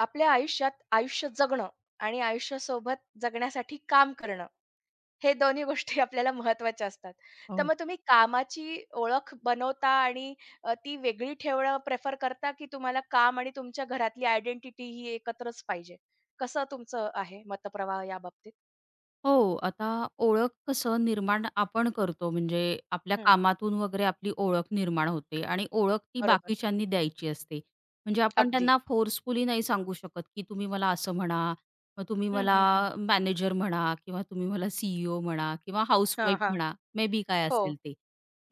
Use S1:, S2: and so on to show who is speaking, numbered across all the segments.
S1: आपल्या आयुष्यात आयुष्य जगणं आणि आयुष्यासोबत जगण्यासाठी काम करणं, हे दोन्ही गोष्टी आपल्याला महत्त्वाच्या असतात. तर
S2: हो.
S1: मग तुम्ही कामाची ओळख बनवता आणि ती वेगळी ठेवणं प्रेफर करता, की तुम्हाला काम आणि तुमच्या घरातली आयडेंटिटी ही एकत्रच पाहिजे? कसं तुमचं आहे मतप्रवाह याबाबतीत?
S2: हो, आता ओळख कसं निर्माण आपण करतो म्हणजे आपल्या
S1: हं,
S2: कामातून वगैरे आपली ओळख निर्माण होते आणि ओळख ती
S1: बरोबर.
S2: बाकीच्यांनी द्यायची असते. म्हणजे आपण
S1: अगदी.
S2: त्यांना फोर्सफुली नाही सांगू शकत, की तुम्ही मला असं म्हणा, मग तुम्ही
S1: हं,
S2: मला
S1: हं, हं.
S2: मॅनेजर म्हणा किंवा तुम्ही मला सी म्हणा किंवा
S1: हां,
S2: हाउसवाईफ
S1: हां.
S2: म्हणा, मे बी काय
S1: हो,
S2: असेल ते.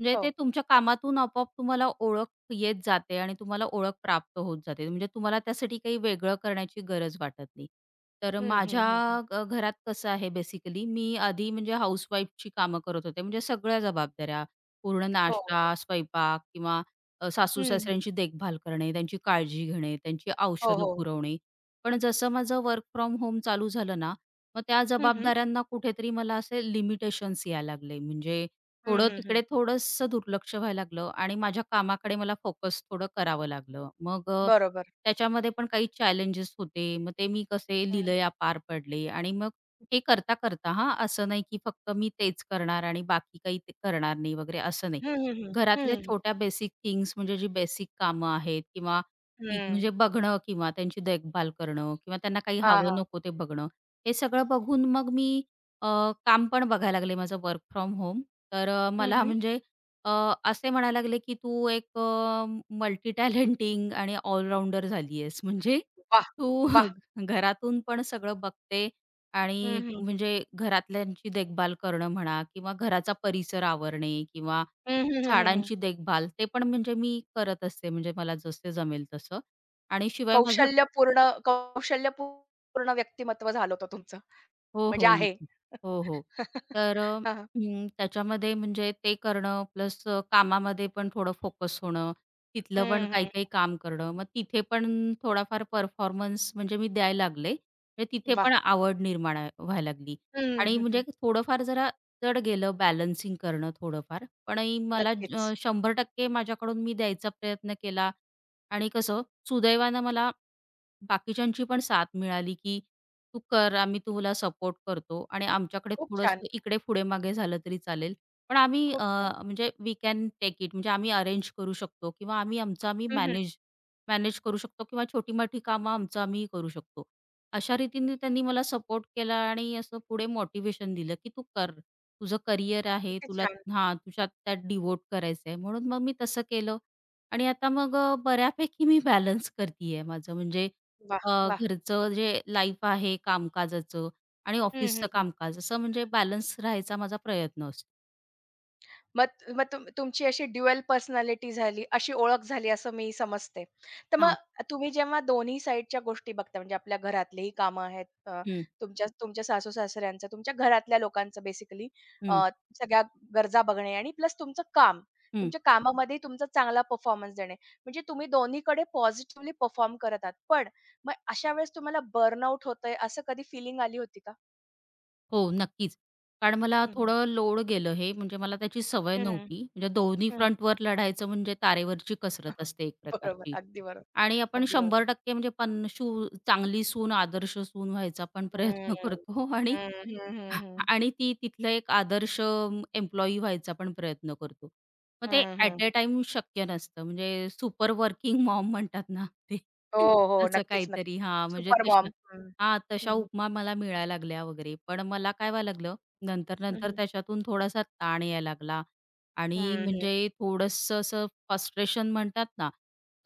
S2: म्हणजे
S1: हो.
S2: ते तुमच्या कामातून आपोआप तुम्हाला ओळख येत जाते आणि तुम्हाला ओळख प्राप्त होत जाते. म्हणजे तुम्हाला त्यासाठी काही वेगळं करण्याची गरज वाटत नाही. तर
S1: हं, हं,
S2: माझ्या
S1: हं, हं.
S2: घरात कसं आहे बेसिकली मी आधी म्हणजे हाउसवाईफची कामं करत होते. म्हणजे सगळ्या जबाबदाऱ्या, पूर्ण
S1: हो, हो.
S2: नाश्ता, स्वयंपाक किंवा
S1: हं, हं.
S2: सासू-सासऱ्यांची देखभाल करणे, त्यांची काळजी घेणे, त्यांची
S1: हो,
S2: औषधं
S1: हो.
S2: पुरवणे. पण जसं माझं वर्क फ्रॉम होम चालू झालं ना, मग त्या
S1: हं, हं.
S2: जबाबदाऱ्यांना कुठेतरी मला असे लिमिटेशन्स यायला लागले. म्हणजे
S1: हं,
S2: थोडं
S1: हं, हं.
S2: तिकडे थोडंसं दुर्लक्ष व्हायला लागलं आणि माझ्या कामाकडे मला फोकस थोडं करावं लागलं. मग
S1: बरोबर.
S2: त्याच्यामध्ये पण काही चॅलेंजेस होते. मग ते मी कसे
S1: हं.
S2: लीलया पार पडले आणि मग हे करता, करता हां, असं नाही की फक्त मी तेच करणार आणि बाकी काही ते करणार नाही वगैरे असं नाही.
S1: हं, हं,
S2: घरातल्या
S1: हं.
S2: छोट्या बेसिक थिंग्स म्हणजे जी बेसिक कामं आहेत किंवा ती
S1: हं.
S2: म्हणजे बघणं किंवा त्यांची देखभाल करणं किंवा त्यांना काही
S1: हां,
S2: हवं
S1: हां.
S2: नको ते बघणं. हे सगळं बघून मग मी अ, काम पण बघायला लागले माझं वर्क फ्रॉम होम तर
S1: हं,
S2: मला
S1: हं.
S2: म्हणजे अ, असे म्हणायला लागले, की "तू एक मल्टी टॅलेंटिंग आणि ऑलराउंडर झाली आहेस. म्हणजे
S1: वाह!
S2: तू
S1: वाह!
S2: घरातून पण सगळं बघते
S1: हं,
S2: आणि
S1: हं.
S2: म्हणजे घरातल्यांची देखभाल करणं म्हणा किंवा घराचा परिसर आवरणे किंवा
S1: हं, हं, हं, हं, हं.
S2: झाडांची देखभाल ते पण म्हणजे मी करत असते, म्हणजे मला जसे जमेल तसं. आणि शिवाय माझा
S1: कौशल्यपूर्ण कौशल्यपूर्ण व्यक्तिमत्व झालं होतं तुमचं.
S2: हो,
S1: म्हणजे
S2: हो.
S1: आहे.
S2: नक्की. हो, हो. तर
S1: हां, हां.
S2: त्याच्यामध्ये म्हणजे ते करणं प्लस कामामध्ये पण थोडं फोकस होणं, तिथलं पण
S1: हं, हं.
S2: काही-काही काम करणं. मग तिथे पण थोडाफार परफॉर्मन्स म्हणजे मी द्यायला लागले. म्हणजे तिथे
S1: वाह!
S2: पण आवड निर्माण आहे व्हायला लागली
S1: हं,
S2: आणि
S1: हं, हं.
S2: म्हणजे थोडंफार जरा जड गेलं बॅलन्सिंग करणं थोडंफार. पण ही मला
S1: नक्कीच.
S2: 100% माझ्याकडून मी द्यायचा प्रयत्न केला आणि कसं सुदैवानं मला बाकीच्यांची पण साथ मिळाली, की "तू कर, आम्ही तुला सपोर्ट करतो आणि आमच्याकडे
S1: खूप छान,
S2: थोडंसं इकडे पुढे-मागे झालं तरी चालेल, पण आम्ही
S1: खूप छान.
S2: म्हणजे वी कॅन टेक इट." म्हणजे आम्ही अरेंज करू शकतो किंवा आम्ही आमचं आम्ही
S1: हं, हं.
S2: मॅनेज मॅनेज करू शकतो किंवा छोटी-मोठी कामं आमचं आम्ही करू शकतो. अशा रीतीने त्यांनी मला सपोर्ट केला आणि असं पुढे मोटिवेशन दिलं, की "तू कर, तुझं करियर आहे,
S1: किती
S2: तुला
S1: छान.
S2: हां, तुझ्यात त्यात डिव्होट करायचं आहे." म्हणून मग मी तसं केलं आणि आता मग बऱ्यापैकी मी बॅलन्स करतीये माझं म्हणजे
S1: वाह! वाह!
S2: घरचं जे लाईफ आहे कामकाजाचं आणि
S1: हं,
S2: ऑफिसचं
S1: हं.
S2: कामकाज असं म्हणजे बॅलन्स राहायचा माझा प्रयत्न असतो.
S1: मग मग तुमची अशी ड्युअल पर्सनॅलिटी झाली, अशी ओळख झाली असं मी समजते. तर मग
S2: हां.
S1: तुम्ही जेव्हा दोन्ही साइडच्या गोष्टी बघता म्हणजे आपल्या घरातलीही कामं आहेत,
S2: हं,
S1: तुमच्या तुमच्या सासू-सासऱ्यांचं, तुमच्या घरातल्या लोकांचं बेसिकली
S2: हं,
S1: सगळ्या गरजा बघणे आणि प्लस तुमचं काम.
S2: हं.
S1: तुमच्या कामामध्ये तुमचा चांगला परफॉर्मन्स देणे. म्हणजे तुम्ही दोन्हीकडे पॉझिटिव्हली परफॉर्म करत आहात. पण मग अशा वेळेस तुम्हाला बर्नआउट होतंय असं कधी फीलिंग आली होती का?
S2: हो, नक्कीच. कारण मला
S1: हं, हं.
S2: थोडं लोड गेलं हे म्हणजे मला त्याची सवय
S1: हं, हं.
S2: नव्हती. म्हणजे दोन्ही फ्रंटवर लढायचं म्हणजे तारेवरची कसरत असते एक
S1: बरोबर.
S2: प्रकारची.
S1: अगदी बरोबर.
S2: आणि आपण
S1: अगदी बरोबर.
S2: 100% म्हणजे पन चांगली सून, आदर्श सून व्हायचा पण प्रयत्न
S1: हं,
S2: करतो आणि
S1: हं, हं, हं, हं.
S2: आणि ती तिथलं एक आदर्श एम्प्लॉयी व्हायचा पण प्रयत्न करतो. मग ते
S1: हं, हं.
S2: ॲट अ टाईम शक्य नसतं. म्हणजे सुपर वर्किंग मॉम म्हणतात ना ते
S1: हो, हो.
S2: तसं
S1: नक्कीच,
S2: काहीतरी हां,
S1: नक्कीच.
S2: म्हणजे
S1: सुपर
S2: तशा
S1: मॉम. हं.
S2: हां, तशा
S1: हं,
S2: उपमा मला मिळायला लागल्या वगैरे. पण मला काय व्हायला लागलं,
S1: हं,
S2: नंतर-नंतर
S1: हं.
S2: त्याच्यातून थोडासा ताण यायला लागला आणि
S1: हं, हं.
S2: म्हणजे थोडंसं असं फ्रस्ट्रेशन म्हणतात ना,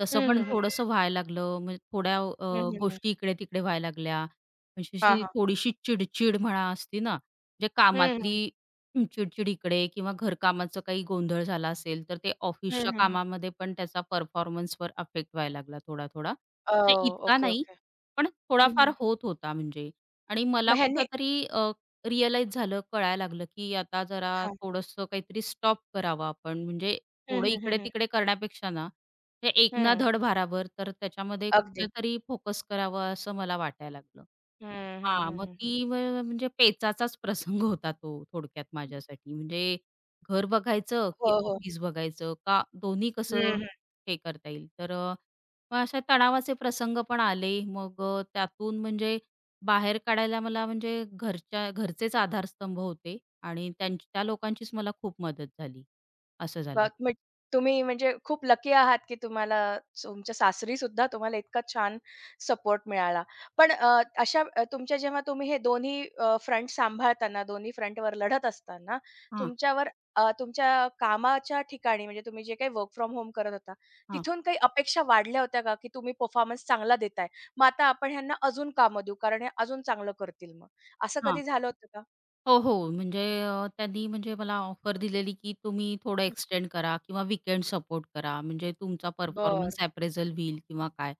S2: तसं
S1: हं,
S2: पण
S1: हं, हं.
S2: थोडंसं व्हायला लागलं. म्हणजे थोड्या
S1: हं, हं, हं.
S2: गोष्टी इकडे-तिकडे व्हायला लागल्या. म्हणजे
S1: हां,
S2: अशी
S1: हां.
S2: थोडीशी चिडचिड म्हणा असते ना, म्हणजे
S1: हं, हं.
S2: कामातली हं, चिडचिड इकडे किंवा घरकामाचं काही गोंधळ झाला असेल, तर ते ऑफिसच्या कामामध्ये पण त्याचा परफॉर्मन्सवर अफेक्ट व्हायला लागला थोडा-थोडा. म्हणजे इतका
S1: ओके,
S2: नाही,
S1: ओके.
S2: पण
S1: हं,
S2: थोडाफार
S1: हं.
S2: होत होता म्हणजे. आणि मला
S1: मग ह्यांनी
S2: कुठेतरी रिअलाईज झालं, कळायला लागलं, की आता जरा
S1: हां.
S2: थोडंसं काहीतरी स्टॉप करावं आपण. म्हणजे
S1: हं,
S2: थोडं
S1: हं, हं, हं.
S2: इकडे-तिकडे करण्यापेक्षा ना, ते एक ना
S1: हं.
S2: धड भाराभर, तर त्याच्यामध्ये
S1: अगदी.
S2: कुठेतरी फोकस करावं असं मला वाटायला लागलं.
S1: हं, हं,
S2: हां,
S1: हं,
S2: मग
S1: हं.
S2: ती वेळ म्हणजे पेचाचाच प्रसंग होता तो थोडक्यात माझ्यासाठी. म्हणजे घर बघायचं की
S1: हो, हो.
S2: ऑफिस बघायचं का दोन्ही कसं हे करता येईल. तर मग अशा तणावाचे प्रसंग पण आले. मग त्यातून म्हणजे बाहेर काढायला मला म्हणजे घरच्या घरचेच आधारस्तंभ होते आणि त्यांची त्या लोकांचीच मला खूप मदत झाली. असं झालं.
S1: मग मी तुम्ही म्हणजे खूप लकी आहात, की तुम्हाला तुमच्या सासरी सुद्धा तुम्हाला इतका छान सपोर्ट मिळाला. पण अशा तुमच्या जेव्हा तुम्ही हे दोन्ही फ्रंट सांभाळताना, दोन्ही फ्रंटवर लढत असताना
S2: हां,
S1: तुमच्यावर तुमच्या कामाच्या ठिकाणी म्हणजे तुम्ही जे काही वर्क फ्रॉम होम करत होता,
S2: हां,
S1: तिथून काही अपेक्षा वाढल्या होत्या का, की तुम्ही परफॉर्मन्स चांगला देताय, मग आता आपण ह्यांना अजून कामं देऊ, कारण हे अजून चांगलं करतील मग. असं कधी
S2: हां.
S1: झालं होतं का?
S2: हो, हो. म्हणजे त्यांनी म्हणजे मला ऑफर दिलेली, की तुम्ही थोडं एक्सटेंड करा किंवा वीकेंड सपोर्ट करा. म्हणजे तुमचा परफॉर्मन्स
S1: बरं,
S2: अप्रेझल होईल किंवा काय.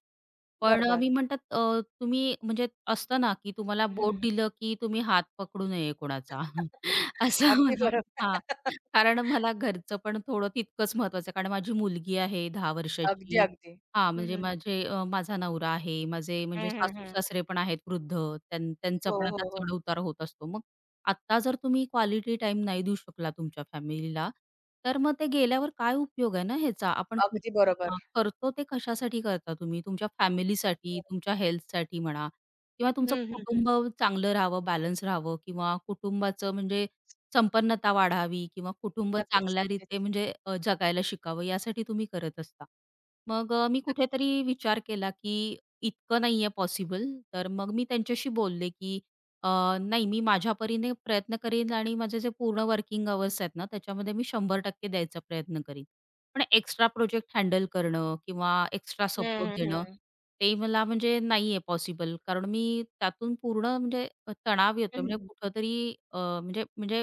S2: पण
S1: बरं, बरं.
S2: मी म्हणतात तुम्ही म्हणजे असतं ना, की तुम्हाला बोट दिलं, की तुम्ही हात पकडू नये कोणाचा.
S1: हं.
S2: असं
S1: अगदी
S2: मला
S1: बरोबर.
S2: हां. कारण मला घरचं पण थोडं तितकंच महत्वाचं आहे. कारण माझी मुलगी आहे 10
S1: अगदी,
S2: वर्षाची.
S1: अगदी.
S2: हां,
S1: हं,
S2: म्हणजे
S1: हं.
S2: माझे माझा नवरा आहे. माझे म्हणजे
S1: हं, हं,
S2: सासू-सासरे पण आहेत वृद्ध. त्यांचा
S1: हो,
S2: पण आता
S1: हो, हो.
S2: चढ-उतार होत असतो. मग आत्ता जर तुम्ही क्वालिटी टाइम नाही देऊ शकला तुमच्या फॅमिलीला, तर मग ते गेल्यावर काय उपयोग आहे ना ह्याचा? आपण कर
S1: अगदी बरोबर.
S2: हां, करतो ते कशासाठी करता तुम्ही? तुमच्या
S1: अगदी
S2: फॅमिलीसाठी,
S1: बरोबर.
S2: तुमच्या हेल्थसाठी म्हणा किंवा तुमचं
S1: हं, हं, हं.
S2: कुटुंब चांगलं राहावं, बॅलन्स राहावं किंवा कुटुंबाचं म्हणजे संपन्नता वाढावी किंवा कुटुंब
S1: नक्कीच,
S2: चांगल्या
S1: नक्कीच.
S2: रीते म्हणजे जगायला शिकावं यासाठी तुम्ही करत असता. मग मी
S1: नक्की.
S2: कुठेतरी विचार केला, की इतकं नाहीये पॉसिबल. तर मग मी त्यांच्याशी बोलले, की अ, नाही, मी माझ्या परीने प्रयत्न करीन आणि माझे जे पूर्ण वर्किंग अवर्स आहेत ना, त्याच्यामध्ये मी 100% द्यायचा प्रयत्न करीन. पण एक्स्ट्रा प्रोजेक्ट हँडल करणं किंवा एक्स्ट्रा सपोर्ट
S1: हं, हं,
S2: देणं,
S1: हं.
S2: ते मला म्हणजे नाही आहे पॉसिबल. कारण मी त्यातून पूर्ण म्हणजे तणाव
S1: हं,
S2: येतो
S1: हं,
S2: म्हणजे
S1: हं.
S2: कुठेतरी म्हणजे म्हणजे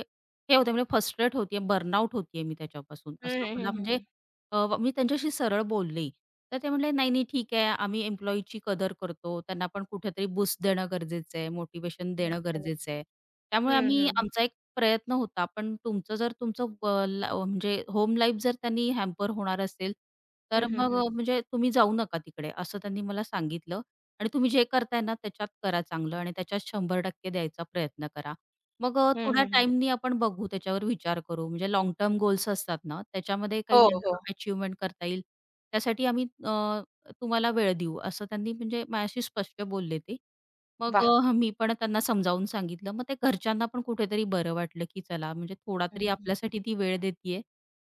S2: हे होतं म्हणजे फ्रस्ट्रेट होते बर्नआउट होते मी त्याच्यापासून. असं
S1: हं,
S2: मला म्हणजे
S1: हं,
S2: अ, व मी त्यांच्याशी सरळ बोलले. तर ते म्हणाले, "नाही, नाही, ठीक आहे. आम्ही एम्प्लॉयीची कदर करतो. त्यांना पण कुठेतरी बूस्ट देणं गरजेचं आहे, मोटिवेशन देणं
S1: नक्की,
S2: गरजेचं
S1: नक्की.
S2: आहे. त्यामुळे हो.
S1: हं,
S2: आम्ही
S1: हं, हं.
S2: आमचा एक प्रयत्न होता. पण तुमचं जर तुमचं व ला म्हणजे होम लाईफ जर त्यांनी हॅम्पर होणार असेल,
S1: हं,
S2: तर
S1: हं,
S2: मग
S1: हं.
S2: म्हणजे तुम्ही जाऊ नका तिकडे." असं त्यांनी मला सांगितलं. "आणि तुम्ही जे करताय ना, त्याच्यात करा चांगलं आणि त्याच्यात 100% द्यायचा प्रयत्न करा." मग
S1: हं,
S2: थोड्या
S1: हं,
S2: टाईमनी आपण बघू, त्याच्यावर विचार करू. म्हणजे लॉंग टर्म गोल्स असतात ना, त्याच्यामध्ये
S1: हो,
S2: काही यांना
S1: हो.
S2: करता येईल, त्यासाठी आम्ही तुम्हाला वेळ देऊ, असं त्यांनी म्हणजे माझ्याशी स्पष्ट बोलले ते. मग
S1: वाह!
S2: मी पण त्यांना समजावून सांगितलं. मग ते घरच्यांना पण कुठेतरी बरं वाटलं, की चला म्हणजे थोडा
S1: हं,
S2: तरी
S1: हं.
S2: आपल्यासाठी ती वेळ देतीये.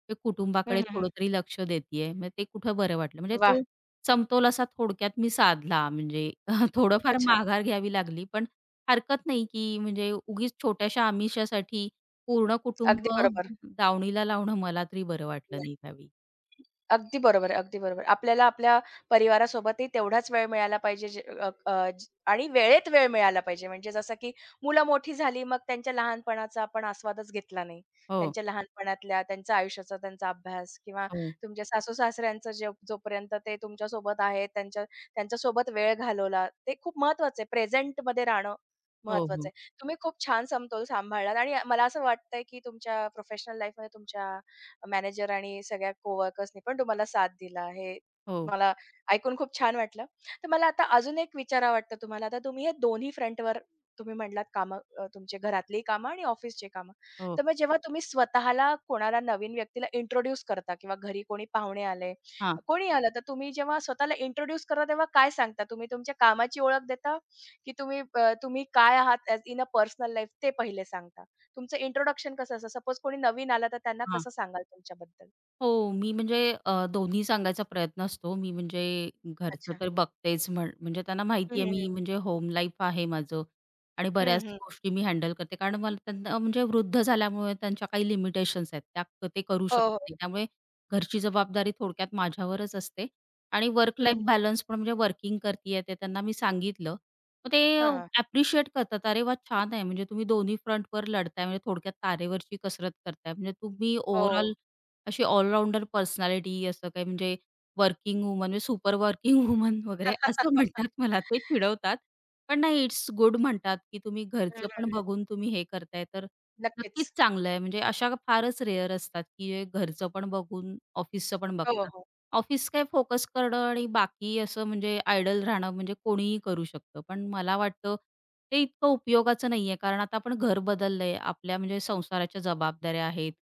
S2: ते कुटुंबाकडे
S1: हं, हं,
S2: थोडं तरी लक्ष देतीये. मग ते कुठं बरं वाटलं. म्हणजे
S1: वाह!
S2: तो समतोल असा थोडक्यात मी साधला. म्हणजे थोडंफार
S1: खूपच छान.
S2: माघार घ्यावी लागली, पण हरकत नाही, की म्हणजे उगीच छोट्याशा आमिषासाठी पूर्ण कुटुंब
S1: अगदी बरोबर.
S2: दावणीला लावणं मला तरी बरं वाटलं नाही त्यावेळी.
S1: अगदी बरोबर आहे, अगदी बरोबर. आपल्याला आपल्या परिवारासोबतही तेवढाच वेळ मिळाला पाहिजे जे अ, अ, ज आणि वेळेत वेळ मिळाला पाहिजे. म्हणजे जसं की मुलं मोठी झाली, मग त्यांच्या लहानपणाचा आपण आस्वादच घेतला नाही.
S2: हो,
S1: त्यांच्या लहानपणातल्या, त्यांच्या आयुष्याचा, त्यांचा अभ्यास किंवा
S2: हो,
S1: तुमच्या सासू-सासऱ्यांचं जे जोपर्यंत ते तुमच्यासोबत आहेत, त्यांच्यासोबत वेळ घालवला, ते खूप महत्वाचं आहे. प्रेझेंटमध्ये राहणं
S2: हो,
S1: महत्वाचं
S2: हो,
S1: आहे. तुम्ही खूप छान समतोल सांभाळलात आणि मला असं वाटतंय की तुमच्या प्रोफेशनल लाईफमध्ये तुमच्या मॅनेजर आणि सगळ्या कोवर्कर्सनी पण तुम्हाला साथ दिला. हे
S2: हो,
S1: मला ऐकून खूप छान वाटलं. तर मला आता अजून एक विचारावं वाटतं तुम्हाला. आता तुम्ही हे दोन्ही फ्रंटवर तुम्ही म्हटलात कामं तुमचे घरातलीही कामं आणि ऑफिसची कामं. तर
S2: हो.
S1: मग जेव्हा तुम्ही स्वतःला कोणाला नवीन व्यक्तीला इंट्रोड्यूस करता किंवा घरी कोणी पाहुणे आले,
S2: हां,
S1: कोणी आलं, तर तुम्ही जेव्हा स्वतःला इंट्रोड्यूस करता तेव्हा काय सांगता? तुम्ही तुमच्या कामाची ओळख देता की तुम्ही तुम्ही काय आहात इन अ पर्सनल लाईफ ते पहिले सांगता? तुमचं इंट्रोडक्शन कसं असतं? सपोज कोणी नवीन आलं तर त्यांना
S2: हां.
S1: कसं सांगाल तुमच्याबद्दल?
S2: हो, मी म्हणजे दोन्ही सांगायचा प्रयत्न असतो. मी म्हणजे घरचं
S1: अच्छा.
S2: तर बघतेच म्हण म्हणजे त्यांना
S1: हं,
S2: माहिती
S1: हं,
S2: आहे मी
S1: हं.
S2: म्हणजे होम लाईफ आहे माझं आणि बऱ्याच
S1: हं,
S2: गोष्टी मी हँडल करते. कारण मला त्यांना म्हणजे वृद्ध झाल्यामुळे त्यांच्या काही लिमिटेशन्स आहेत. त्या ते करू
S1: हो,
S2: शकत
S1: हो.
S2: नाही. त्यामुळे घरची जबाबदारी थोडक्यात माझ्यावरच असते आणि वर्क
S1: हं,
S2: लाईफ
S1: हं.
S2: बॅलन्स पण म्हणजे वर्किंग करतीये ते त्यांना मी सांगितलं. मग ते
S1: हां, हां.
S2: ॲप्रिशिएट करतात. "अरे वाह! छान आहे म्हणजे तुम्ही दोन्ही फ्रंटवर लढताय म्हणजे थोडक्यात तारेवरची कसरत करताय. म्हणजे तुम्ही
S1: हो.
S2: ओव्हरऑल अशी ऑलराउंडर पर्सनॅलिटी असं काही म्हणजे वर्किंग वुमन म्हणजे सुपर वर्किंग वुमन वगैरे असं म्हणतात मला ते चिडवतात. पण नाही इट्स गुड म्हणतात, की तुम्ही
S1: हं,
S2: घरचं पण
S1: हं,
S2: बघून तुम्ही हे करताय तर नक्कीच
S1: नक्कीच.
S2: चांगलं आहे. म्हणजे अशा फारच रेअर असतात, की जे घरचं पण बघून ऑफिसचं पण
S1: हो,
S2: बघतात.
S1: हो.
S2: ऑफिस काय फोकस करणं आणि बाकी असं म्हणजे आयडल राहणं म्हणजे कोणीही करू शकतं. पण मला वाटतं ते इतकं उपयोगाचं नाहीये कारण आता आपण घर बदललंय. आपल्या म्हणजे संसाराच्या जबाबदाऱ्या आहेत.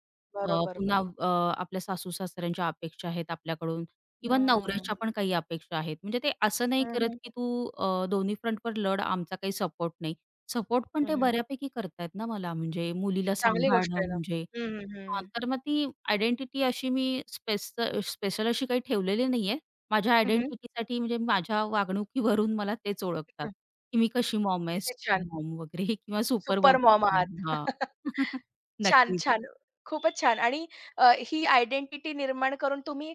S2: अ,
S1: बरोबर,
S2: पुन्हा
S1: बरोबर.
S2: अ, आपल्या सासू-सासऱ्यांच्या अपेक्षा आहेत आपल्याकडून किंवा
S1: हं.
S2: नवऱ्याच्या पण काही अपेक्षा आहेत. म्हणजे ते असं नाही
S1: हं,
S2: करत,
S1: हं.
S2: की तू दोन्ही फ्रंटवर लढ, आमचा काही सपोर्ट नाही. सपोर्ट पण
S1: हं,
S2: ते
S1: हं.
S2: बऱ्यापैकी करतायत ना मला म्हणजे मुलीला
S1: चांगली गोष्ट
S2: सांभाळणं
S1: आहे ना.
S2: म्हणजे
S1: हं, हं,
S2: हां,
S1: हं.
S2: तर मग ती आयडेंटिटी अशी मी स्पेशल अशी काही ठेवलेली नाहीये. माझ्या
S1: हं, हं.
S2: आयडेंटिटीसाठी म्हणजे माझ्या वागणुकीवरून मला तेच ओळखतात, की मी कशी मॉम आहे,
S1: किती छान.
S2: मॉम वगैरे किंवा सुपर
S1: सुपर मॉम आहात.
S2: हां.
S1: छान,
S2: नक्कीच.
S1: छान. खूपच छान आणि ही आयडेंटिटी निर्माण करून तुम्ही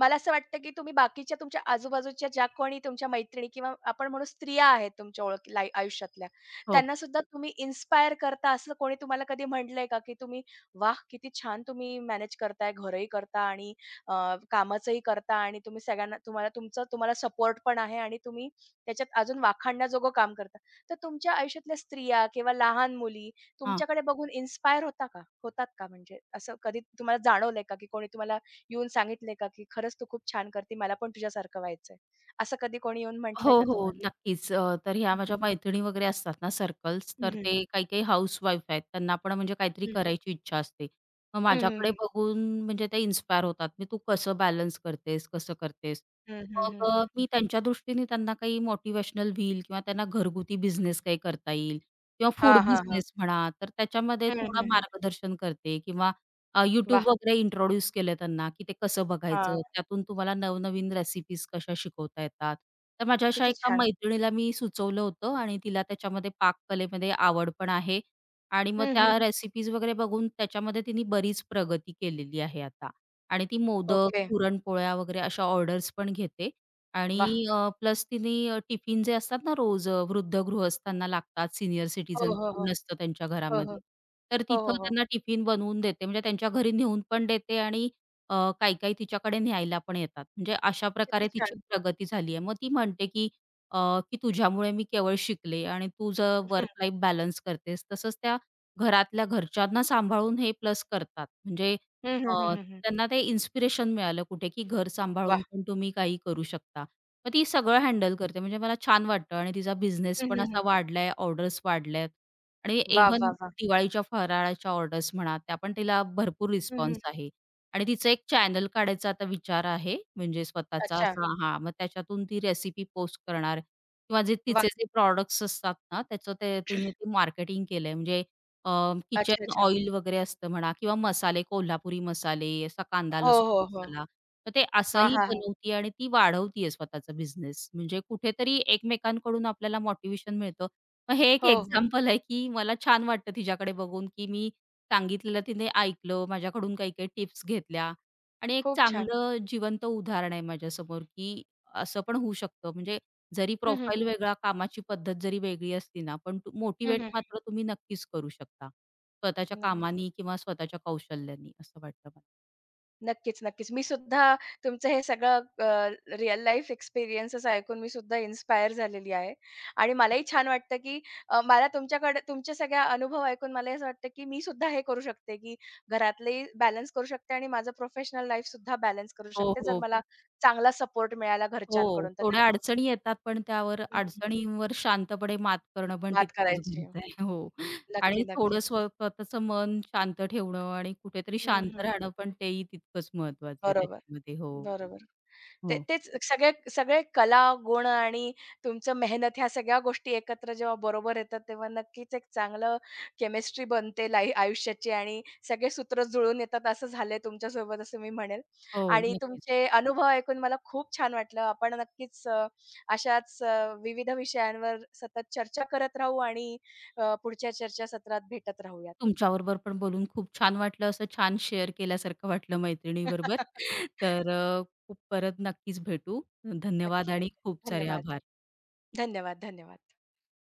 S1: मला असं वाटतं, की तुम्ही बाकीच्या तुमच्या आजूबाजूच्या ज्या कोणी तुमच्या मैत्रिणी किंवा आपण म्हणू स्त्रिया आहेत तुमच्या ओळखीला आयुष्यातल्या,
S2: हो.
S1: त्यांना सुद्धा तुम्ही इन्स्पायर करता असं कोणी तुम्हाला कधी म्हटलंय का, की तुम्ही "वाह! किती छान तुम्ही मॅनेज करताय, घरही करता आणि अ, कामाचंही करता आणि तुम्ही सगळ्यांना तुम्हाला सपोर्ट पण आहे आणि तुम्ही त्याच्यात अजून वाखाणण्याजोगं काम करता." तर तुमच्या आयुष्यातल्या स्त्रिया किंवा लहान मुली
S2: हां.
S1: तुमच्याकडे बघून इन्स्पायर होता का होतात का म्हणजे असं कधी तुम्हाला जाणवलंय का, की कोणी तुम्हाला येऊन सांगितले का, की "खरंच तू खूप छान करते. मला पण तुझ्यासारखं व्हायचंय." असं कधी कोणी येऊन
S2: हो,
S1: म्हटलंय का
S2: हो.
S1: तुम्हाला?
S2: नक्कीच. तर ह्या
S1: हं, हं.
S2: माझ्या मैत्रिणी वगैरे असतात ना सर्कल्स,
S1: हं,
S2: तर
S1: हं.
S2: ते काही-काही हाउसवाईफ आहेत. त्यांना पण म्हणजे काहीतरी करायची इच्छा असते. मग
S1: हं, हं,
S2: माझ्याकडे
S1: हं.
S2: बघून म्हणजे ते इन्स्पायर होतात. "मी तू कसं बॅलन्स करतेस? कसं करतेस?"
S1: हं, हं, हं,
S2: मग
S1: हं, हं.
S2: मी त्यांच्या दृष्टीने त्यांना काही मोटिव्हेशनल व्हील किंवा त्यांना घरगुती बिझनेस काही करता येईल किंवा
S1: हां,
S2: फूड
S1: हां, हां.
S2: बिझनेस म्हणा, तर त्याच्यामध्ये
S1: हं,
S2: थोडा मार्गदर्शन करते किंवा YouTube
S1: वाह!
S2: वगैरे इंट्रोड्यूस केलं त्यांना, की ते कसं
S1: हां,
S2: बघायचं, त्यातून तुम्हाला नवनवीन रेसिपीज कशा शिकवता येतात. तर माझ्या अशा
S1: किती
S2: एका
S1: छान.
S2: मैत्रिणीला मी सुचवलं होतं आणि तिला त्याच्यामध्ये पाककलेमध्ये आवड पण आहे आणि मग
S1: हं, हं.
S2: त्या रेसिपीज वगैरे बघून त्याच्यामध्ये तिने बरीच प्रगती केलेली आहे आता आणि ती मोदक,
S1: ओके.
S2: पुरणपोळ्या वगैरे अशा ऑर्डर्स पण घेते
S1: वाह!
S2: आणि प्लस तिने टिफिन जे असतात ना रोज वृद्ध गृहस्थांना लागतात, सिनियर
S1: हो,
S2: सिटीजन
S1: हो, हो.
S2: कोण नसतं त्यांच्या
S1: हो,
S2: घरामध्ये.
S1: हो.
S2: तर
S1: हो, हो,
S2: तिथं
S1: हो.
S2: त्यांना टिफिन बनवून देते. म्हणजे त्यांच्या घरी नेऊन पण देते आणि अ, काही-काही तिच्याकडे न्यायला पण येतात. म्हणजे अशा
S1: किती
S2: प्रकारे तिची
S1: छान.
S2: प्रगती झाली आहे. मग ती म्हणते, अ, की तुझ्यामुळे मी केवळ शिकले आणि तू जर
S1: हं.
S2: वर्क लाईफ बॅलन्स करतेस. तसंच त्या घरातल्या घरच्यांना सांभाळून हे प्लस करतात. म्हणजे
S1: हं,
S2: अ,
S1: हं, हं, हं,
S2: त्यांना ते इन्स्पिरेशन मिळालं कुठे, की घर
S1: वाह!
S2: सांभाळून पण तुम्ही काही करू शकता. मग ती सगळं हँडल करते म्हणजे मला छान वाटतं आणि तिचा बिझनेस
S1: हं,
S2: पण
S1: हं, हं.
S2: असा वाढलाय, ऑर्डर्स वाढल्यात आणि
S1: वाह,
S2: इव्हन
S1: वाह, वाह!
S2: दिवाळीच्या फराळाच्या ऑर्डर्स म्हणा, त्या पण तिला भरपूर
S1: हं, हं.
S2: रिस्पॉन्स आहे. आणि तिचं एक चॅनल काढायचा आता विचार आहे म्हणजे स्वतःचा
S1: अच्छा.
S2: असा हां, मग त्याच्यातून ती रेसिपी पोस्ट करणार किंवा जे
S1: वाह!
S2: तिचे जे प्रॉडक्ट्स असतात ना, त्याचं ते तिने ते मार्केटिंग केलंय म्हणजे अ,
S1: अच्छा,
S2: किचन
S1: अच्छा.
S2: ऑइल वगैरे असतं म्हणा किंवा मसाले, कोल्हापुरी मसाले, असा कांदा, हं.
S1: हो,
S2: लसूण
S1: हो, हो.
S2: मसाला. तर ते
S1: हां,
S2: असंही
S1: हां, हां.
S2: बनवतीये आणि ती वाढवतीये स्वतःचा बिझनेस. म्हणजे कुठेतरी एकमेकांकडून आपल्याला मोटिव्हेशन मिळतं. मग हे एक
S1: हो, हो.
S2: एक्झाम्पल आहे, की मला छान वाटतं तिच्याकडे बघून, की मी सांगितलेलं तिने ऐकलं, माझ्याकडून काही-काही टिप्स घेतल्या आणि एक
S1: खूप छान.
S2: चांगलं जिवंत उदाहरण आहे माझ्यासमोर, की असं पण होऊ शकतं. म्हणजे जरी
S1: हं, हं,
S2: प्रोफाईल
S1: हं.
S2: वेगळा, कामाची पद्धत जरी वेगळी असली ना, पण मोटिवेट
S1: हं, हं, हं.
S2: मात्र तुम्ही नक्कीच करू शकता. स्वतःच्या कामानी किंवा स्वतःच्या कौशल्यानी असं वाटतं मला.
S1: नक्कीच, नक्कीच. मी सुद्धा तुमचं हे सगळं रिअल लाईफ एक्सपिरियन्सेस ऐकून मी सुद्धा इन्स्पायर झालेली आहे आणि मलाही छान वाटतं, की मला तुमच्याकडे तुमच्या सगळ्या अनुभव ऐकून मला असं वाटतं, की मी सुद्धा हे करू शकते, की घरातलेही बॅलन्स करू शकते आणि माझं प्रोफेशनल लाईफ सुद्धा बॅलन्स करू
S2: हो,
S1: शकते, जर
S2: हो.
S1: मला चांगला सपोर्ट मिळाला
S2: हो,
S1: घरच्यांकडून तर
S2: थोड्या
S1: नक्कीच
S2: अडचणी येतात, पण त्यावर
S1: हं,
S2: अडचणींवर शांतपणे मात करणं पण
S1: बात
S2: तितकंच
S1: करायची.
S2: गरजेचं आहे. हो
S1: नक्की,
S2: आणि थोडं
S1: नक्की.
S2: स्वतःचं मन शांत ठेवणं आणि कुठेतरी
S1: हं,
S2: शांत
S1: हं.
S2: राहणं पण तेही तितकंच महत्वाचं आहे
S1: बरोबर,
S2: त्याच्यामध्ये. हो,
S1: बरोबर. ते
S2: हो.
S1: तेच सगळे सगळे कला, गुण आणि तुमचं मेहनत ह्या सगळ्या गोष्टी एकत्र जेव्हा बरोबर येतात, तेव्हा नक्कीच एक चांगलं केमिस्ट्री बनते लाई आयुष्याची आणि सगळे सूत्र जुळून येतात, असं झालंय तुमच्यासोबत असं मी म्हणेल.
S2: हो,
S1: आणि
S2: नक्कीच.
S1: तुमचे अनुभव ऐकून मला खूप छान वाटलं. आपण नक्कीच अशाच विविध विषयांवर सतत चर्चा करत राहू आणि पुढच्या चर्चासत्रात भेटत राहूयात.
S2: तुमच्याबरोबर पण बोलून खूप छान वाटलं. असं छान शेअर केल्यासारखं वाटलं मैत्रिणीबरोबर. तर खूप परत नक्कीच भेटू. धन्यवाद
S1: नक्की,
S2: आणि
S1: नक्की.
S2: खूप सारे
S1: धन्यवाद.
S2: आभार.
S1: धन्यवाद, धन्यवाद.